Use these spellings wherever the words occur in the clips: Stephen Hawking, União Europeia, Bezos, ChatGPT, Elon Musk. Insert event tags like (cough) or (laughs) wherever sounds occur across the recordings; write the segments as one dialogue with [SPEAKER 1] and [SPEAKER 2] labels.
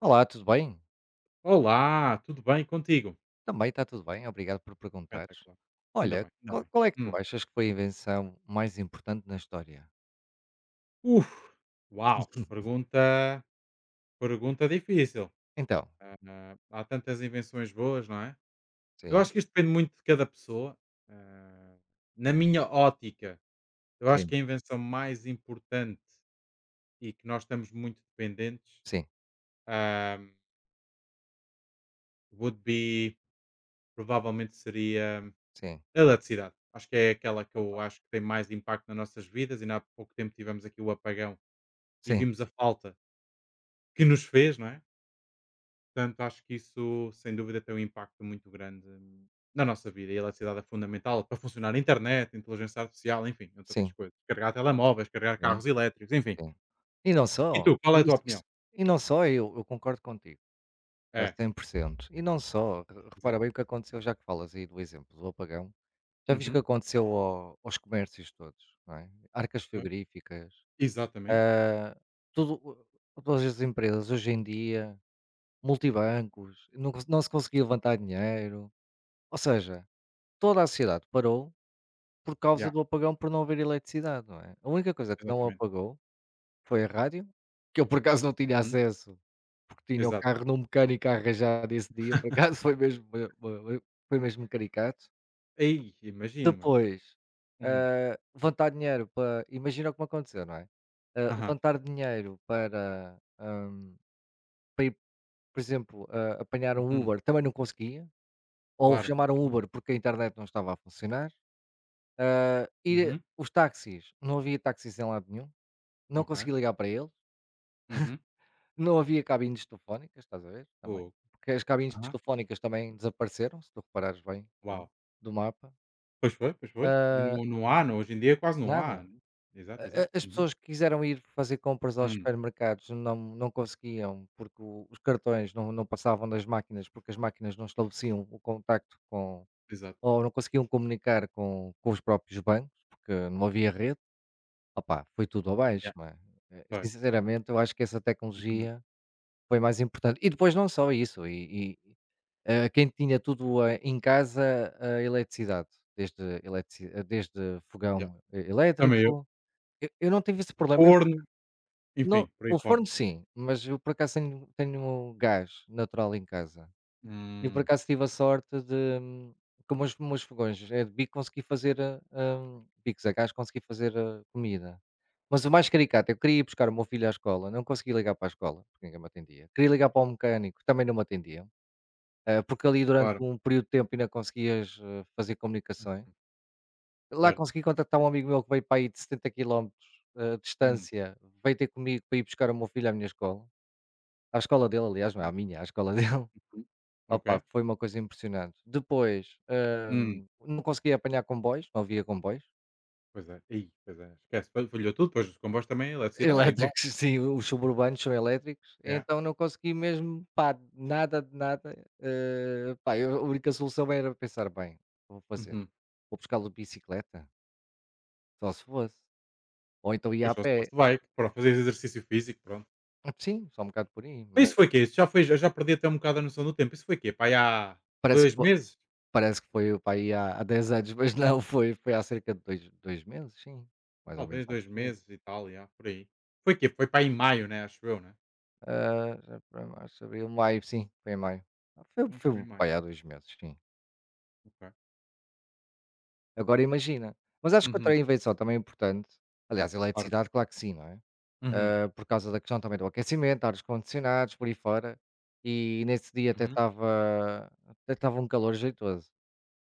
[SPEAKER 1] Olá, tudo bem?
[SPEAKER 2] Olá, tudo bem contigo?
[SPEAKER 1] Também está tudo bem, obrigado por perguntares.
[SPEAKER 2] Espetacular. Ainda
[SPEAKER 1] Olha,
[SPEAKER 2] bem, ainda
[SPEAKER 1] qual,
[SPEAKER 2] bem.
[SPEAKER 1] qual é que tu
[SPEAKER 2] Hum.
[SPEAKER 1] achas que foi a invenção mais importante na história?
[SPEAKER 2] Uf, uau, pergunta difícil.
[SPEAKER 1] Então,
[SPEAKER 2] Ah, há tantas invenções boas, não é? Eu
[SPEAKER 1] sim,
[SPEAKER 2] acho que isto depende muito de cada pessoa. Ah, na minha ótica, eu acho
[SPEAKER 1] sim,
[SPEAKER 2] que a invenção mais importante e que nós estamos muito dependentes
[SPEAKER 1] sim,
[SPEAKER 2] ah, would be, provavelmente seria
[SPEAKER 1] sim,
[SPEAKER 2] a eletricidade. Acho que é aquela que
[SPEAKER 1] opa,
[SPEAKER 2] eu acho que tem mais impacto nas nossas vidas. Ainda há pouco tempo tivemos aqui o apagão e
[SPEAKER 1] sim,
[SPEAKER 2] vimos a falta que nos fez, não é? Portanto, acho que isso, sem dúvida, tem um impacto muito grande na nossa vida. E a eletricidade é fundamental para funcionar a internet, inteligência artificial, enfim, entre outras
[SPEAKER 1] sim,
[SPEAKER 2] coisas. Carregar telemóveis, carregar
[SPEAKER 1] sim,
[SPEAKER 2] carros elétricos, enfim.
[SPEAKER 1] sim. E não
[SPEAKER 2] E tu,
[SPEAKER 1] só,
[SPEAKER 2] qual é a tua opinião?
[SPEAKER 1] e não só, eu concordo contigo, a
[SPEAKER 2] É,
[SPEAKER 1] 100%. E não só, repara
[SPEAKER 2] exato.
[SPEAKER 1] bem o que aconteceu, já que falas aí do exemplo do apagão, já viste o que
[SPEAKER 2] Uhum.
[SPEAKER 1] aconteceu aos comércios todos, não é? Arcas
[SPEAKER 2] Pois.
[SPEAKER 1] frigoríficas,
[SPEAKER 2] Exatamente.
[SPEAKER 1] ah, tudo, todas as empresas hoje em dia. Multibancos, não se conseguia levantar dinheiro, ou seja, toda a sociedade parou por causa
[SPEAKER 2] Yeah,
[SPEAKER 1] do apagão por não haver eletricidade, não é? A única coisa que não
[SPEAKER 2] exatamente.
[SPEAKER 1] apagou foi a rádio, que eu por acaso não tinha
[SPEAKER 2] Uhum.
[SPEAKER 1] acesso, porque tinha o
[SPEAKER 2] Exato.
[SPEAKER 1] carro num mecânico a arranjar nesse dia, por acaso (laughs) foi mesmo foi mesmo caricato.
[SPEAKER 2] Ei, imagino, mano.
[SPEAKER 1] Depois,
[SPEAKER 2] Hum.
[SPEAKER 1] levantar dinheiro para imagina o que me aconteceu, não é?
[SPEAKER 2] Aham.
[SPEAKER 1] Levantar dinheiro para, para ir, por exemplo, apanhar um
[SPEAKER 2] Uhum.
[SPEAKER 1] Uber, também não conseguia. Ou
[SPEAKER 2] Claro.
[SPEAKER 1] chamaram
[SPEAKER 2] Uhum.
[SPEAKER 1] Uber porque a internet não estava a funcionar, e
[SPEAKER 2] Uhum.
[SPEAKER 1] os táxis, não havia táxis em lado nenhum, não
[SPEAKER 2] Ok.
[SPEAKER 1] consegui ligar para eles,
[SPEAKER 2] Uhum.
[SPEAKER 1] não havia cabines telefónicas, estás a ver, também,
[SPEAKER 2] Fogo.
[SPEAKER 1] porque as cabines
[SPEAKER 2] Aham.
[SPEAKER 1] telefónicas também desapareceram, se tu reparares bem, não é,
[SPEAKER 2] Uau.
[SPEAKER 1] do mapa.
[SPEAKER 2] Pois foi, pois foi. E
[SPEAKER 1] Ah,
[SPEAKER 2] não há, não hoje em dia é quase não há.
[SPEAKER 1] nada,
[SPEAKER 2] Né? Exato, exato.
[SPEAKER 1] a as
[SPEAKER 2] Uhum.
[SPEAKER 1] pessoas que quiseram ir fazer compras aos
[SPEAKER 2] Hum,
[SPEAKER 1] supermercados não conseguiam, porque o os cartões não passavam das máquinas, porque as máquinas não estabeleciam o contacto com.
[SPEAKER 2] exato.
[SPEAKER 1] Ou não conseguiam comunicar com os próprios bancos, porque não havia rede. Opá, foi tudo abaixo,
[SPEAKER 2] Yeah,
[SPEAKER 1] não é?
[SPEAKER 2] pois.
[SPEAKER 1] Sinceramente, eu acho que essa
[SPEAKER 2] Uhum.
[SPEAKER 1] tecnologia foi mais importante. E depois não só isso, quem tinha tudo, em casa, a eletricidade, desde eletrici desde
[SPEAKER 2] Yeah.
[SPEAKER 1] fogão e
[SPEAKER 2] Também eu.
[SPEAKER 1] elétrico. Eu não tive esse problema, eu por
[SPEAKER 2] Forno,
[SPEAKER 1] aca não,
[SPEAKER 2] enfim, por aí
[SPEAKER 1] o
[SPEAKER 2] fora.
[SPEAKER 1] forno sim, mas eu por acaso tenho gás natural em casa. E por
[SPEAKER 2] Hum,
[SPEAKER 1] acaso tive a sorte de, hum, como os meus fogões é de bico, consegui fazer, bicos a gás, consegui fazer comida. Mas o mais caricato, eu queria ir buscar o meu filho à escola, não consegui ligar para a escola, porque ninguém me atendia. Queria ligar para o mecânico, também não me atendiam. Porque ali durante
[SPEAKER 2] claro.
[SPEAKER 1] um período de tempo ainda conseguias fazer comunicações.
[SPEAKER 2] Hum,
[SPEAKER 1] Lá
[SPEAKER 2] Certo?
[SPEAKER 1] consegui contactar um amigo meu que veio para aí de 70 quilómetros de
[SPEAKER 2] Hum,
[SPEAKER 1] distância, veio ter comigo para ir buscar o meu filho à minha escola. À escola dele, aliás, não é
[SPEAKER 2] uhum.
[SPEAKER 1] à minha, à escola (laughs) dele.
[SPEAKER 2] Ok.
[SPEAKER 1] Opa, foi uma coisa impressionante. Depois,
[SPEAKER 2] Hum.
[SPEAKER 1] não conseguia apanhar comboios, não havia comboios
[SPEAKER 2] Pois é. Aí, pois é, esquece. Fa Falhou tudo, pois os comboios também, a eletricidade é igual.
[SPEAKER 1] elétricos, (laughs) sim, os suburbanos são elétricos,
[SPEAKER 2] Yeah.
[SPEAKER 1] então não consegui mesmo, pá, nada de nada. Pá, a única solução era pensar, bem, vou fazer,
[SPEAKER 2] Uhum.
[SPEAKER 1] vou buscar lo de bicicleta, só se fosse, ou então ia
[SPEAKER 2] Pois
[SPEAKER 1] a
[SPEAKER 2] só se fosse
[SPEAKER 1] pé,
[SPEAKER 2] de bike, para fazer exercício físico, pronto.
[SPEAKER 1] sim, só um bocado por aí,
[SPEAKER 2] Mas
[SPEAKER 1] mas
[SPEAKER 2] isso foi o quê? Isso já foi já já perdi até um bocado a noção do tempo. Isso foi o quê? Pá aí há
[SPEAKER 1] parece que
[SPEAKER 2] 2
[SPEAKER 1] foi,
[SPEAKER 2] meses?
[SPEAKER 1] parece que foi pá, aí há, há 10 anos, mas não, foi, foi há cerca de dois meses, sim, mais ou menos
[SPEAKER 2] Talvez
[SPEAKER 1] há
[SPEAKER 2] 2
[SPEAKER 1] dois
[SPEAKER 2] meses
[SPEAKER 1] meses.
[SPEAKER 2] e tal, yeah, por aí. Foi para em maio, né, acho eu, né?
[SPEAKER 1] Ah, já para março, abril, maio, sim, foi em maio. Foi
[SPEAKER 2] Acho que foi
[SPEAKER 1] foi
[SPEAKER 2] em maio.
[SPEAKER 1] para aí há 2 meses, sim.
[SPEAKER 2] Ok.
[SPEAKER 1] Agora imagina, mas acho que
[SPEAKER 2] Uhum,
[SPEAKER 1] outra invenção também importante, aliás, a
[SPEAKER 2] claro.
[SPEAKER 1] eletricidade claro que sim, não é?
[SPEAKER 2] Uhum,
[SPEAKER 1] Por causa da questão também do aquecimento, ar-condicionados, por aí fora, e nesse dia
[SPEAKER 2] uhum.
[SPEAKER 1] até estava um calor jeitoso.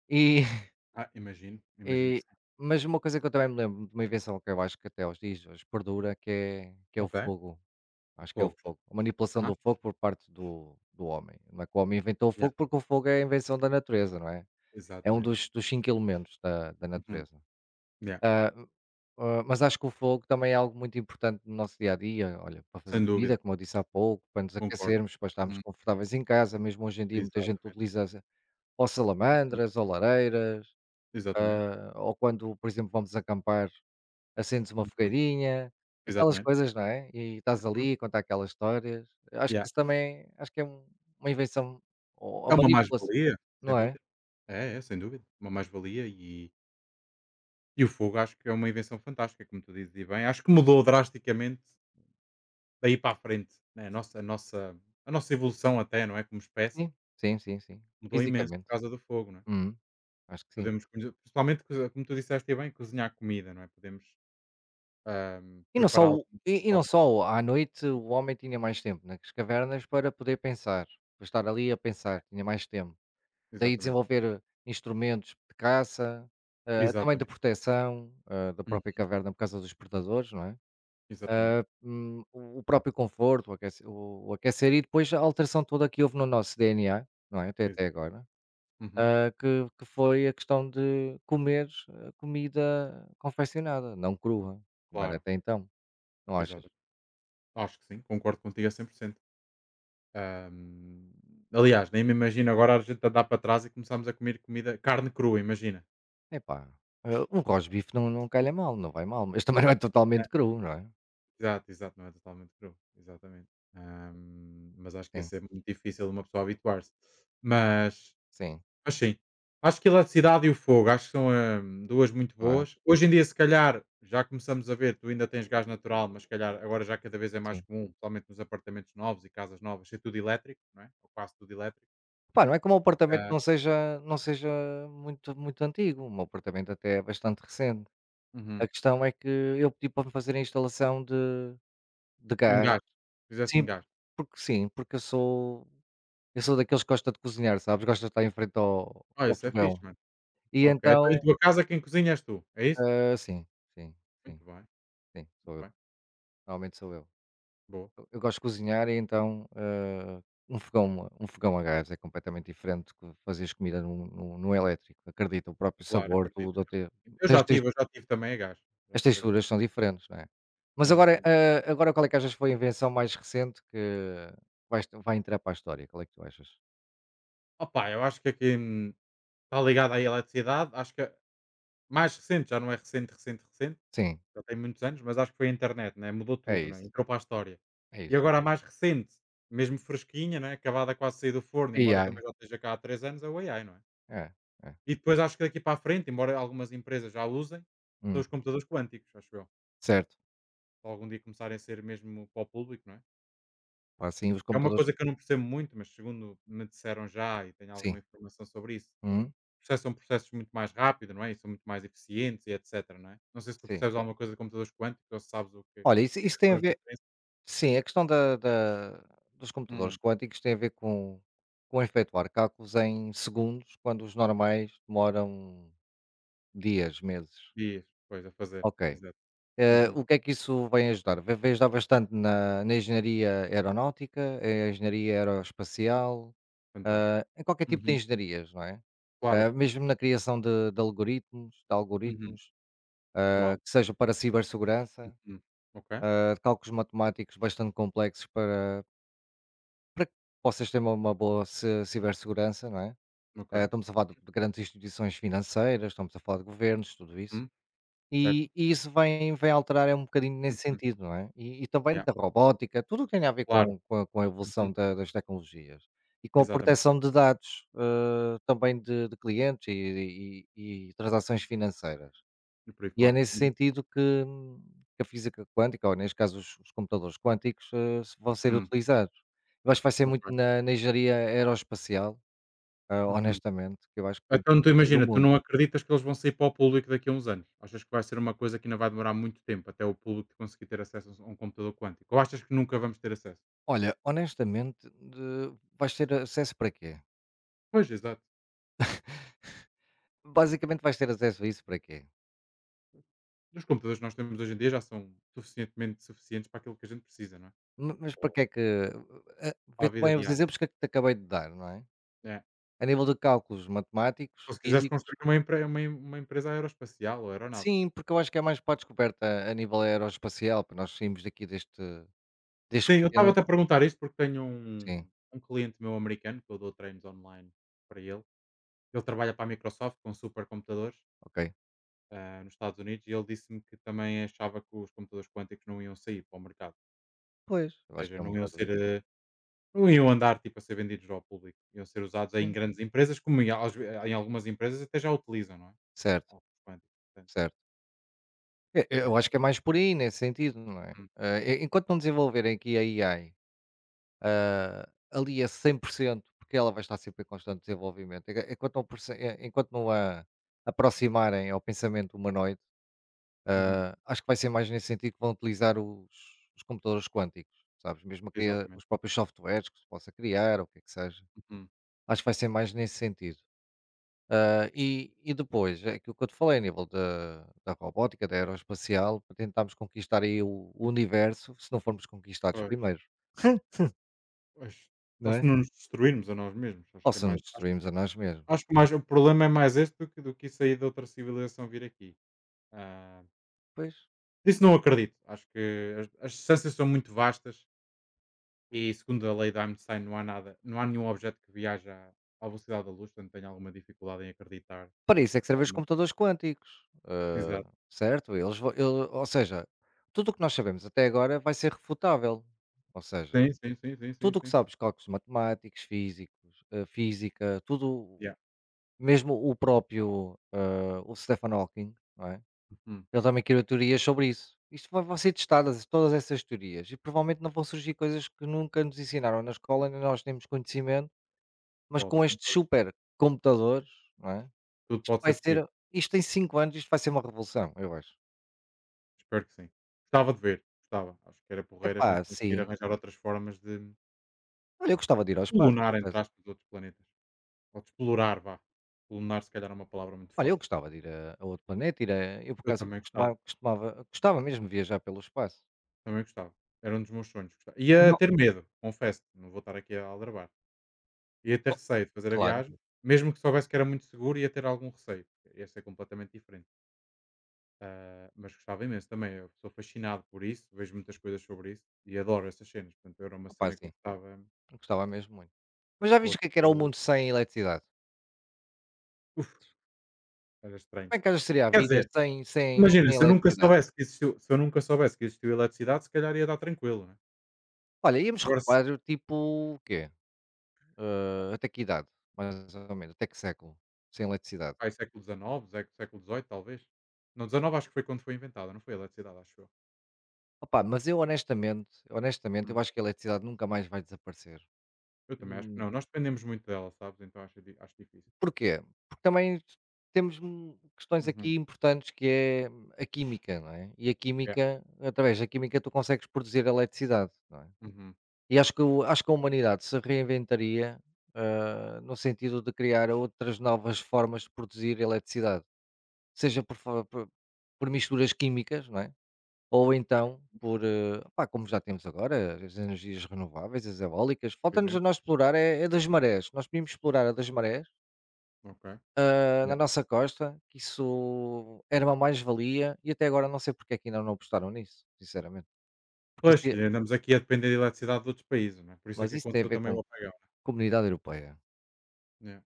[SPEAKER 1] E (laughs)
[SPEAKER 2] Ah, imagino, imagino que
[SPEAKER 1] e
[SPEAKER 2] sim.
[SPEAKER 1] mas uma coisa que eu também me lembro de uma invenção que eu acho que até aos dias de hoje perdura, que é o
[SPEAKER 2] Ok,
[SPEAKER 1] fogo.
[SPEAKER 2] o
[SPEAKER 1] Acho que é o
[SPEAKER 2] fogo.
[SPEAKER 1] fogo. A manipulação
[SPEAKER 2] Aham,
[SPEAKER 1] do fogo por parte do homem. Não é que o homem inventou o
[SPEAKER 2] yeah,
[SPEAKER 1] fogo, porque o fogo é a invenção da natureza, não é? É um
[SPEAKER 2] exatamente.
[SPEAKER 1] dos 5 elementos da
[SPEAKER 2] Uhum,
[SPEAKER 1] natureza.
[SPEAKER 2] yeah,
[SPEAKER 1] Ah, mas acho que o fogo também é algo muito importante no nosso dia a dia, olha, para fazer
[SPEAKER 2] sem dúvida,
[SPEAKER 1] comida, como eu disse há pouco, para nos
[SPEAKER 2] concordo.
[SPEAKER 1] aquecermos, para estarmos
[SPEAKER 2] Uhum,
[SPEAKER 1] confortáveis em casa, mesmo hoje em dia muita gente
[SPEAKER 2] exatamente.
[SPEAKER 1] utiliza ou
[SPEAKER 2] Uhum,
[SPEAKER 1] salamandras, ou lareiras,
[SPEAKER 2] exatamente.
[SPEAKER 1] ou quando, por exemplo, vamos acampar. Acendes uma
[SPEAKER 2] Uhum,
[SPEAKER 1] fogueirinha, aquelas
[SPEAKER 2] exatamente.
[SPEAKER 1] coisas, não é, e estás
[SPEAKER 2] Uhum,
[SPEAKER 1] ali a contar aquelas histórias. Eu acho que
[SPEAKER 2] yeah.
[SPEAKER 1] isso também acho que é uma invenção ou a
[SPEAKER 2] É uma
[SPEAKER 1] manipulação,
[SPEAKER 2] mais-valia, sem
[SPEAKER 1] não é?
[SPEAKER 2] dúvida. É, é, sem dúvida, uma mais-valia e o fogo acho que é uma invenção fantástica, como tu dizes e bem. Acho que mudou drasticamente daí para a frente, né, a nossa evolução até, não é, como espécie,
[SPEAKER 1] Sim, sim, sim, sim,
[SPEAKER 2] mudou imenso por
[SPEAKER 1] fisicamente.
[SPEAKER 2] causa do fogo, não é?
[SPEAKER 1] Uhum, acho que sim.
[SPEAKER 2] Podemos coze principalmente coze como tu disseste e bem, cozinhar comida, não é? Podemos
[SPEAKER 1] E não só
[SPEAKER 2] prepará-la
[SPEAKER 1] o
[SPEAKER 2] de outra
[SPEAKER 1] e não
[SPEAKER 2] forma.
[SPEAKER 1] só à noite o homem tinha mais tempo nas cavernas para poder pensar, para estar ali a pensar, tinha mais tempo. Daí
[SPEAKER 2] Exatamente,
[SPEAKER 1] desenvolver instrumentos de caça, também de
[SPEAKER 2] exatamente,
[SPEAKER 1] proteção, da
[SPEAKER 2] hum,
[SPEAKER 1] própria caverna por causa dos predadores, não é?
[SPEAKER 2] exatamente,
[SPEAKER 1] O próprio conforto, o aquecer e depois a alteração toda que houve no nosso DNA, não é, até
[SPEAKER 2] exatamente.
[SPEAKER 1] agora,
[SPEAKER 2] Uhum,
[SPEAKER 1] que foi a questão de comer comida confeccionada, não crua, como era
[SPEAKER 2] claro,
[SPEAKER 1] até então, não achas?
[SPEAKER 2] exato. Acho que sim, concordo contigo a 100%. Hum, aliás, nem me imagino agora a gente andar para trás e começarmos a comer comida carne crua, imagina.
[SPEAKER 1] Epá, um rosbife não calha mal, não vai mal, mas (laughs) também não é totalmente cru, não é?
[SPEAKER 2] Exato, exato, não é totalmente cru, exatamente. Mas acho que
[SPEAKER 1] Sim,
[SPEAKER 2] esse é muito difícil de uma pessoa habituar-se. Mas,
[SPEAKER 1] sim,
[SPEAKER 2] mas sim, acho que a eletricidade e o fogo, acho que são duas muito
[SPEAKER 1] não é?
[SPEAKER 2] boas. Hoje em dia, se calhar, já começamos a ver, tu ainda tens gás natural, mas se calhar agora já cada vez é mais
[SPEAKER 1] Sim.
[SPEAKER 2] comum, principalmente nos apartamentos novos e casas novas, ser tudo elétrico, não é? Ou quase tudo elétrico.
[SPEAKER 1] Pá, não é que o meu apartamento
[SPEAKER 2] Ah,
[SPEAKER 1] não seja muito muito antigo, o meu apartamento até é bastante recente. A
[SPEAKER 2] uhum.
[SPEAKER 1] questão é que eu pedi para me fazerem a instalação de
[SPEAKER 2] Em
[SPEAKER 1] gás.
[SPEAKER 2] gás, fizeste em
[SPEAKER 1] Sim,
[SPEAKER 2] gás.
[SPEAKER 1] porque eu sou daqueles que gosta de cozinhar, sabes, gosta de estar em frente
[SPEAKER 2] Ah,
[SPEAKER 1] ao
[SPEAKER 2] isso é fixe,
[SPEAKER 1] fogão.
[SPEAKER 2] mano.
[SPEAKER 1] E
[SPEAKER 2] Ok, então em
[SPEAKER 1] então,
[SPEAKER 2] tua casa quem cozinha és tu, é isso?
[SPEAKER 1] sim, sim, sim,
[SPEAKER 2] Muito bem,
[SPEAKER 1] sim,
[SPEAKER 2] muito
[SPEAKER 1] sou eu,
[SPEAKER 2] bem.
[SPEAKER 1] normalmente sou eu.
[SPEAKER 2] Boa,
[SPEAKER 1] Eu gosto de cozinhar e então, um fogão a gás é completamente diferente de fazeres comida num elétrico, acredita, o próprio
[SPEAKER 2] claro,
[SPEAKER 1] sabor,
[SPEAKER 2] acredito.
[SPEAKER 1] tudo, até
[SPEAKER 2] Eu já
[SPEAKER 1] tens.
[SPEAKER 2] tive, eu já tive também a gás. Já
[SPEAKER 1] As
[SPEAKER 2] tive a gás.
[SPEAKER 1] texturas são diferentes, não é? Mas
[SPEAKER 2] Sim,
[SPEAKER 1] agora,
[SPEAKER 2] sim.
[SPEAKER 1] agora qual é que achas que foi a invenção mais recente que vai entrar para a história? Qual é que tu achas?
[SPEAKER 2] Opa, eu acho que aqui está ligado à eletricidade. Acho que mais recente, já não é recente,
[SPEAKER 1] Sim,
[SPEAKER 2] já tem muitos anos, mas acho que foi a internet, né? Mudou
[SPEAKER 1] é
[SPEAKER 2] tudo, né?
[SPEAKER 1] isso,
[SPEAKER 2] Entrou para a história.
[SPEAKER 1] é
[SPEAKER 2] E
[SPEAKER 1] isso.
[SPEAKER 2] agora a mais recente, mesmo fresquinha, né? Acabada quase de sair do forno,
[SPEAKER 1] A
[SPEAKER 2] embora
[SPEAKER 1] AI,
[SPEAKER 2] também já esteja cá há três anos, é o AI, não é?
[SPEAKER 1] é, é.
[SPEAKER 2] E depois acho que daqui para a frente, embora algumas empresas já usem, são
[SPEAKER 1] Hum,
[SPEAKER 2] os computadores quânticos, acho eu.
[SPEAKER 1] certo.
[SPEAKER 2] Se algum dia começarem a ser mesmo para o público, não é?
[SPEAKER 1] Pá, sim, os
[SPEAKER 2] É uma
[SPEAKER 1] computadores,
[SPEAKER 2] coisa que eu não percebo muito, mas segundo me disseram já e tenho
[SPEAKER 1] sim,
[SPEAKER 2] alguma informação sobre isso, são
[SPEAKER 1] uhum,
[SPEAKER 2] processos são processos muito mais rápidos, não é? E são muito mais eficientes e etcétera, não é? Não sei se tu
[SPEAKER 1] sim.
[SPEAKER 2] percebes alguma coisa de computadores quânticos ou se sabes o que
[SPEAKER 1] Olha, isso
[SPEAKER 2] quais
[SPEAKER 1] tem a
[SPEAKER 2] são as
[SPEAKER 1] ver,
[SPEAKER 2] diferenças.
[SPEAKER 1] sim, a questão da dos computadores
[SPEAKER 2] Hum.
[SPEAKER 1] quânticos tem a ver com efetuar cálculos em segundos, quando os normais demoram dias, meses.
[SPEAKER 2] Dias, pois, a fazer.
[SPEAKER 1] Ok.
[SPEAKER 2] Exato. Uhum.
[SPEAKER 1] O que é que isso vai ajudar? Vai ajudar bastante na engenharia aeronáutica, engenharia aeroespacial,
[SPEAKER 2] Fantástico.
[SPEAKER 1] em qualquer tipo de
[SPEAKER 2] Uhum.
[SPEAKER 1] engenharias, não é?
[SPEAKER 2] Claro.
[SPEAKER 1] Mesmo na criação de
[SPEAKER 2] Uhum.
[SPEAKER 1] algoritmos,
[SPEAKER 2] Uau.
[SPEAKER 1] que seja para cibersegurança,
[SPEAKER 2] Uhum. Ok,
[SPEAKER 1] cálculos matemáticos bastante complexos para que possas ter uma boa cibersegurança, não é?
[SPEAKER 2] ok.
[SPEAKER 1] Estamos a falar de grandes instituições financeiras, estamos a falar de governos, tudo isso.
[SPEAKER 2] Hum, certo.
[SPEAKER 1] E isso vem alterar é um bocadinho nesse
[SPEAKER 2] Uhum.
[SPEAKER 1] sentido, não é? E também
[SPEAKER 2] Yeah.
[SPEAKER 1] da robótica, tudo o que tem a ver
[SPEAKER 2] Claro.
[SPEAKER 1] com a
[SPEAKER 2] Uhum.
[SPEAKER 1] evolução da das tecnologias e com a
[SPEAKER 2] Exatamente.
[SPEAKER 1] proteção de dados, também de clientes e transações financeiras.
[SPEAKER 2] E por aí
[SPEAKER 1] E é
[SPEAKER 2] fora.
[SPEAKER 1] nesse
[SPEAKER 2] Uhum.
[SPEAKER 1] sentido hum, que a física quântica, ou neste caso os computadores quânticos, se vão ser
[SPEAKER 2] Uhum.
[SPEAKER 1] utilizados. Eu acho que vai ser muito
[SPEAKER 2] Ok.
[SPEAKER 1] na engenharia aeroespacial,
[SPEAKER 2] Uhum.
[SPEAKER 1] honestamente, que eu acho que temos que
[SPEAKER 2] Então tu
[SPEAKER 1] descobrir o
[SPEAKER 2] imagina, tu
[SPEAKER 1] mundo.
[SPEAKER 2] não acreditas que eles vão sair para o público daqui a uns anos? Achas que vai ser uma coisa que ainda vai demorar muito tempo até o público conseguir ter acesso a um computador quântico? Ou achas que nunca vamos ter acesso?
[SPEAKER 1] Olha, honestamente, de vais ter acesso para quê?
[SPEAKER 2] Pois, exato.
[SPEAKER 1] Basicamente vais ter acesso a isso para quê?
[SPEAKER 2] Os computadores que nós temos hoje em dia já são suficientemente suficientes para aquilo que a gente precisa, não é?
[SPEAKER 1] Ma mas para que é que
[SPEAKER 2] Para a
[SPEAKER 1] vê-te
[SPEAKER 2] vida
[SPEAKER 1] bem os
[SPEAKER 2] diária.
[SPEAKER 1] exemplos que eu te acabei de dar, não é?
[SPEAKER 2] É.
[SPEAKER 1] A nível de cálculos matemáticos,
[SPEAKER 2] Ou se quiseres
[SPEAKER 1] físicos.
[SPEAKER 2] construir uma empresa aeroespacial ou aeronáutica.
[SPEAKER 1] Sim, porque eu acho que é mais para a descoberta a nível aeroespacial, para nós sairmos daqui deste
[SPEAKER 2] Sim, eu
[SPEAKER 1] pequeno,
[SPEAKER 2] estava-te a perguntar isto porque tenho
[SPEAKER 1] sim,
[SPEAKER 2] um cliente meu americano que eu dou treinos online para ele. Ele trabalha para a Microsoft com supercomputadores
[SPEAKER 1] ok.
[SPEAKER 2] nos Estados Unidos e ele disse-me que também achava que os computadores quânticos não iam sair para o mercado.
[SPEAKER 1] Pois,
[SPEAKER 2] Ou
[SPEAKER 1] eu acho que
[SPEAKER 2] seja,
[SPEAKER 1] é um
[SPEAKER 2] não iam
[SPEAKER 1] bocado
[SPEAKER 2] ser.
[SPEAKER 1] isso.
[SPEAKER 2] Não iam andar tipo a ser vendidos ao público. Iam ser usados em
[SPEAKER 1] Sim,
[SPEAKER 2] grandes empresas, em algumas empresas até já utilizam, não é?
[SPEAKER 1] certo,
[SPEAKER 2] Óculos quânticos. Portanto,
[SPEAKER 1] certo. E
[SPEAKER 2] é,
[SPEAKER 1] eu acho que é mais por aí, nesse sentido, não é?
[SPEAKER 2] hum,
[SPEAKER 1] Enquanto não desenvolverem aqui a AI ali a 100%, porque ela vai estar sempre em constante desenvolvimento. Enquanto não, enquanto não a aproximarem ao pensamento humanoide,
[SPEAKER 2] uhum,
[SPEAKER 1] acho que vai ser mais nesse sentido que vão utilizar os computadores quânticos, sabes? Mesmo a criar
[SPEAKER 2] exatamente.
[SPEAKER 1] os próprios softwares que se possa criar, ou o que é que seja.
[SPEAKER 2] Uhum.
[SPEAKER 1] Acho que vai ser mais nesse sentido. E depois, é aquilo que eu te falei a nível da robótica, da aeroespacial, para tentarmos conquistar aí o universo, se não formos conquistados
[SPEAKER 2] Pois,
[SPEAKER 1] primeiro,
[SPEAKER 2] pois. Ou
[SPEAKER 1] não
[SPEAKER 2] se
[SPEAKER 1] é?
[SPEAKER 2] não nos destruirmos a nós mesmos. Acho
[SPEAKER 1] Ou
[SPEAKER 2] que é
[SPEAKER 1] se nos
[SPEAKER 2] mais. Acho,
[SPEAKER 1] destruímos a nós mesmos.
[SPEAKER 2] acho que mais, o problema é mais este do que isso aí de outra civilização vir aqui. Ah,
[SPEAKER 1] Pois.
[SPEAKER 2] isso não acredito. Acho que as distâncias são muito vastas. E segundo a lei de Einstein não há nada, não há nenhum objeto que viaja à velocidade da luz, portanto tenho alguma dificuldade em acreditar
[SPEAKER 1] Para
[SPEAKER 2] que
[SPEAKER 1] isso é que servem os
[SPEAKER 2] alguma
[SPEAKER 1] computadores quânticos, eh,
[SPEAKER 2] Exato.
[SPEAKER 1] certo? Eles vão ele ou seja, tudo o que nós sabemos até agora vai ser refutável, ou seja,
[SPEAKER 2] Sim, sim, sim, sim, sim,
[SPEAKER 1] tudo o que
[SPEAKER 2] sim.
[SPEAKER 1] sabes, cálculos matemáticos, físicos, física, tudo,
[SPEAKER 2] Yeah.
[SPEAKER 1] mesmo o próprio, o Stephen Hawking, não é?
[SPEAKER 2] Uhum.
[SPEAKER 1] Ele também criou teorias sobre isso. Isto vai vão ser testadas todas essas teorias e provavelmente não vão surgir coisas que nunca nos ensinaram na escola, nem nós temos conhecimento, mas
[SPEAKER 2] Pode
[SPEAKER 1] com estes
[SPEAKER 2] acontecer.
[SPEAKER 1] super computadores
[SPEAKER 2] Tudo
[SPEAKER 1] isto
[SPEAKER 2] pode
[SPEAKER 1] vai
[SPEAKER 2] ser possível.
[SPEAKER 1] ser, isto em 5 anos, isto vai ser uma revolução, eu acho.
[SPEAKER 2] Espero que sim. Gostava de ver, gostava. Acho que era porreiro a gente
[SPEAKER 1] Epá,
[SPEAKER 2] conseguir
[SPEAKER 1] sim.
[SPEAKER 2] arranjar outras formas de
[SPEAKER 1] Olha, eu gostava de ir ao espaço, por
[SPEAKER 2] lunar, entre
[SPEAKER 1] acaso.
[SPEAKER 2] aspas, outros planetas. Ou de explorar, vá. Lunar se calhar é uma palavra muito
[SPEAKER 1] Olha, eu
[SPEAKER 2] forte.
[SPEAKER 1] gostava de ir a outro planeta, ir a eu por
[SPEAKER 2] Eu
[SPEAKER 1] acaso
[SPEAKER 2] também
[SPEAKER 1] costumava
[SPEAKER 2] gostava,
[SPEAKER 1] costumava gostava mesmo de viajar pelo espaço.
[SPEAKER 2] também gostava. Era um dos meus sonhos. Gostava. Ia
[SPEAKER 1] Não,
[SPEAKER 2] ter medo, confesso. Não vou estar aqui a aldrabar. Ia ter
[SPEAKER 1] oh,
[SPEAKER 2] receio de fazer a
[SPEAKER 1] claro.
[SPEAKER 2] viagem, mesmo que soubesse que era muito seguro, ia ter algum receio. Este é completamente diferente. Ah, mas gostava imenso também. Eu sou fascinado por isso, vejo muitas coisas sobre isso e adoro essas cenas. Portanto, era uma
[SPEAKER 1] Opá,
[SPEAKER 2] cena que eu
[SPEAKER 1] sim,
[SPEAKER 2] gostava que
[SPEAKER 1] gostava mesmo muito. Mas já viste o que é que era o
[SPEAKER 2] fosse.
[SPEAKER 1] mundo sem eletricidade?
[SPEAKER 2] Uf, era estranho.
[SPEAKER 1] Como é que seria a
[SPEAKER 2] Quer
[SPEAKER 1] vida
[SPEAKER 2] dizer, imagina,
[SPEAKER 1] sem eletricidade?
[SPEAKER 2] se eu nunca soubesse que existiu eletricidade, se calhar ia dar tranquilo, né?
[SPEAKER 1] Olha, íamos
[SPEAKER 2] Agora, se-
[SPEAKER 1] recuar tipo o quê? Até que idade, mais ou menos, até que século sem eletricidade?
[SPEAKER 2] pá, é século XIX, século dezoito talvez. Não, XIX acho que foi quando foi inventada, não foi a eletricidade, acho eu.
[SPEAKER 1] Opa, mas eu honestamente, eu
[SPEAKER 2] Hum.
[SPEAKER 1] acho que a eletricidade nunca mais vai desaparecer.
[SPEAKER 2] Eu também acho que
[SPEAKER 1] Hum,
[SPEAKER 2] não. Nós dependemos muito dela, sabes? Então acho, acho difícil.
[SPEAKER 1] porquê? Porque também temos, questões
[SPEAKER 2] Uhum.
[SPEAKER 1] aqui importantes que é, a química, não é? E a
[SPEAKER 2] Yeah.
[SPEAKER 1] química, através da química tu consegues produzir eletricidade, não é?
[SPEAKER 2] Uhum.
[SPEAKER 1] E acho que a humanidade se reinventaria, no sentido de criar outras novas formas de produzir eletricidade, seja por for por por misturas químicas, não é? Ou então por, pá, como já temos agora as energias renováveis, as eólicas,
[SPEAKER 2] Por
[SPEAKER 1] falta-nos a
[SPEAKER 2] exemplo,
[SPEAKER 1] nós explorar é das marés. Nós podíamos explorar a das marés,
[SPEAKER 2] ok.
[SPEAKER 1] na
[SPEAKER 2] Yeah.
[SPEAKER 1] nossa costa, que isso era uma mais-valia e até agora não sei porque é que ainda não apostaram nisso, sinceramente. Porque
[SPEAKER 2] Pois,
[SPEAKER 1] isso é-
[SPEAKER 2] e andamos aqui a depender da eletricidade de outros países, não é? Por isso é
[SPEAKER 1] mas
[SPEAKER 2] que
[SPEAKER 1] isso tem a
[SPEAKER 2] aconteceu
[SPEAKER 1] ver
[SPEAKER 2] também o apagão.
[SPEAKER 1] comunidade europeia.
[SPEAKER 2] Né? Yeah.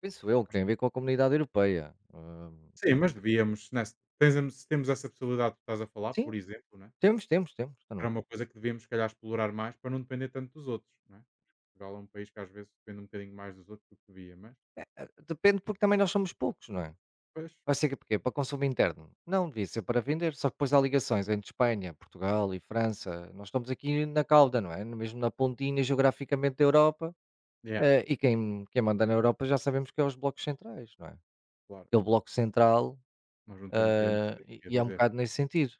[SPEAKER 1] Penso eu que tem a ver com a comunidade europeia.
[SPEAKER 2] Sim, mas devíamos, né? Se temos essa possibilidade que estás a falar,
[SPEAKER 1] Sim,
[SPEAKER 2] por exemplo, né?
[SPEAKER 1] temos, temos, temos. Então não
[SPEAKER 2] Era uma
[SPEAKER 1] temos.
[SPEAKER 2] coisa que devíamos, se calhar, explorar mais para não depender tanto dos outros. Né? Portugal é um país que às vezes depende um bocadinho mais dos outros do que devia, mas
[SPEAKER 1] É, é, depende porque também nós somos poucos, não é?
[SPEAKER 2] pois,
[SPEAKER 1] Vai ser porquê? Para consumo interno? Não, devia ser para vender, só que depois há ligações entre Espanha, Portugal e França. Nós estamos aqui na cauda, não é? Mesmo na pontinha geograficamente da Europa.
[SPEAKER 2] yeah.
[SPEAKER 1] Quem manda na Europa já sabemos que é os blocos centrais, não é?
[SPEAKER 2] Claro.
[SPEAKER 1] Aquele bloco
[SPEAKER 2] Não,
[SPEAKER 1] central,
[SPEAKER 2] nós não temos grande saída a
[SPEAKER 1] e é um
[SPEAKER 2] dizer.
[SPEAKER 1] bocado nesse sentido.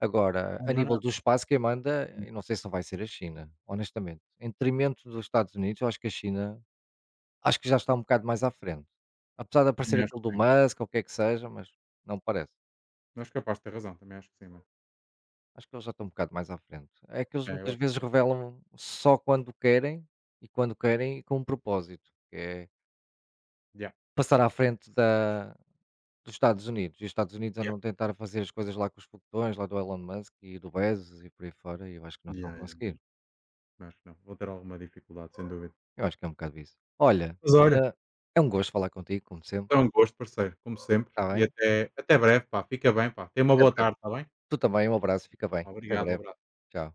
[SPEAKER 1] Agora,
[SPEAKER 2] Não,
[SPEAKER 1] a
[SPEAKER 2] não,
[SPEAKER 1] nível
[SPEAKER 2] não.
[SPEAKER 1] do espaço, quem manda,
[SPEAKER 2] Hum,
[SPEAKER 1] eu não sei se não vai ser a China, honestamente. Em detrimento dos Estados Unidos, eu acho que a China, acho que já está um bocado mais à frente. Apesar de aparecer
[SPEAKER 2] também acho
[SPEAKER 1] aquele do
[SPEAKER 2] que sim.
[SPEAKER 1] Musk, ou o que é que seja, mas não parece.
[SPEAKER 2] Não és capaz de ter razão, também acho que sim, mano.
[SPEAKER 1] Acho que eles já estão um bocado mais à frente. É que eles
[SPEAKER 2] É, eu
[SPEAKER 1] muitas
[SPEAKER 2] acho
[SPEAKER 1] vezes
[SPEAKER 2] que sim.
[SPEAKER 1] revelam só quando querem e com um propósito, que é
[SPEAKER 2] Yeah.
[SPEAKER 1] passar à frente dos Estados Unidos. E os Estados Unidos
[SPEAKER 2] Yeah.
[SPEAKER 1] andam a tentar fazer as coisas lá com os foguetões, lá do Elon Musk e do Bezos e por aí fora, e eu acho que não estão a
[SPEAKER 2] Yeah.
[SPEAKER 1] conseguir.
[SPEAKER 2] Acho que não. Vou ter alguma dificuldade, sem dúvida.
[SPEAKER 1] Eu acho que é um bocado isso. Olha,
[SPEAKER 2] Mas uhum. Olha,
[SPEAKER 1] eh, é um gosto falar contigo, como
[SPEAKER 2] é
[SPEAKER 1] sempre.
[SPEAKER 2] um gosto, parceiro, como sempre.
[SPEAKER 1] Está
[SPEAKER 2] E
[SPEAKER 1] bem?
[SPEAKER 2] até, até breve, pá. Fica bem, pá. Tenha uma
[SPEAKER 1] Até
[SPEAKER 2] boa
[SPEAKER 1] breve.
[SPEAKER 2] tarde, está bem?
[SPEAKER 1] Tu também, um abraço, fica bem. Até
[SPEAKER 2] Obrigado, um
[SPEAKER 1] breve.
[SPEAKER 2] abraço.
[SPEAKER 1] Tchau.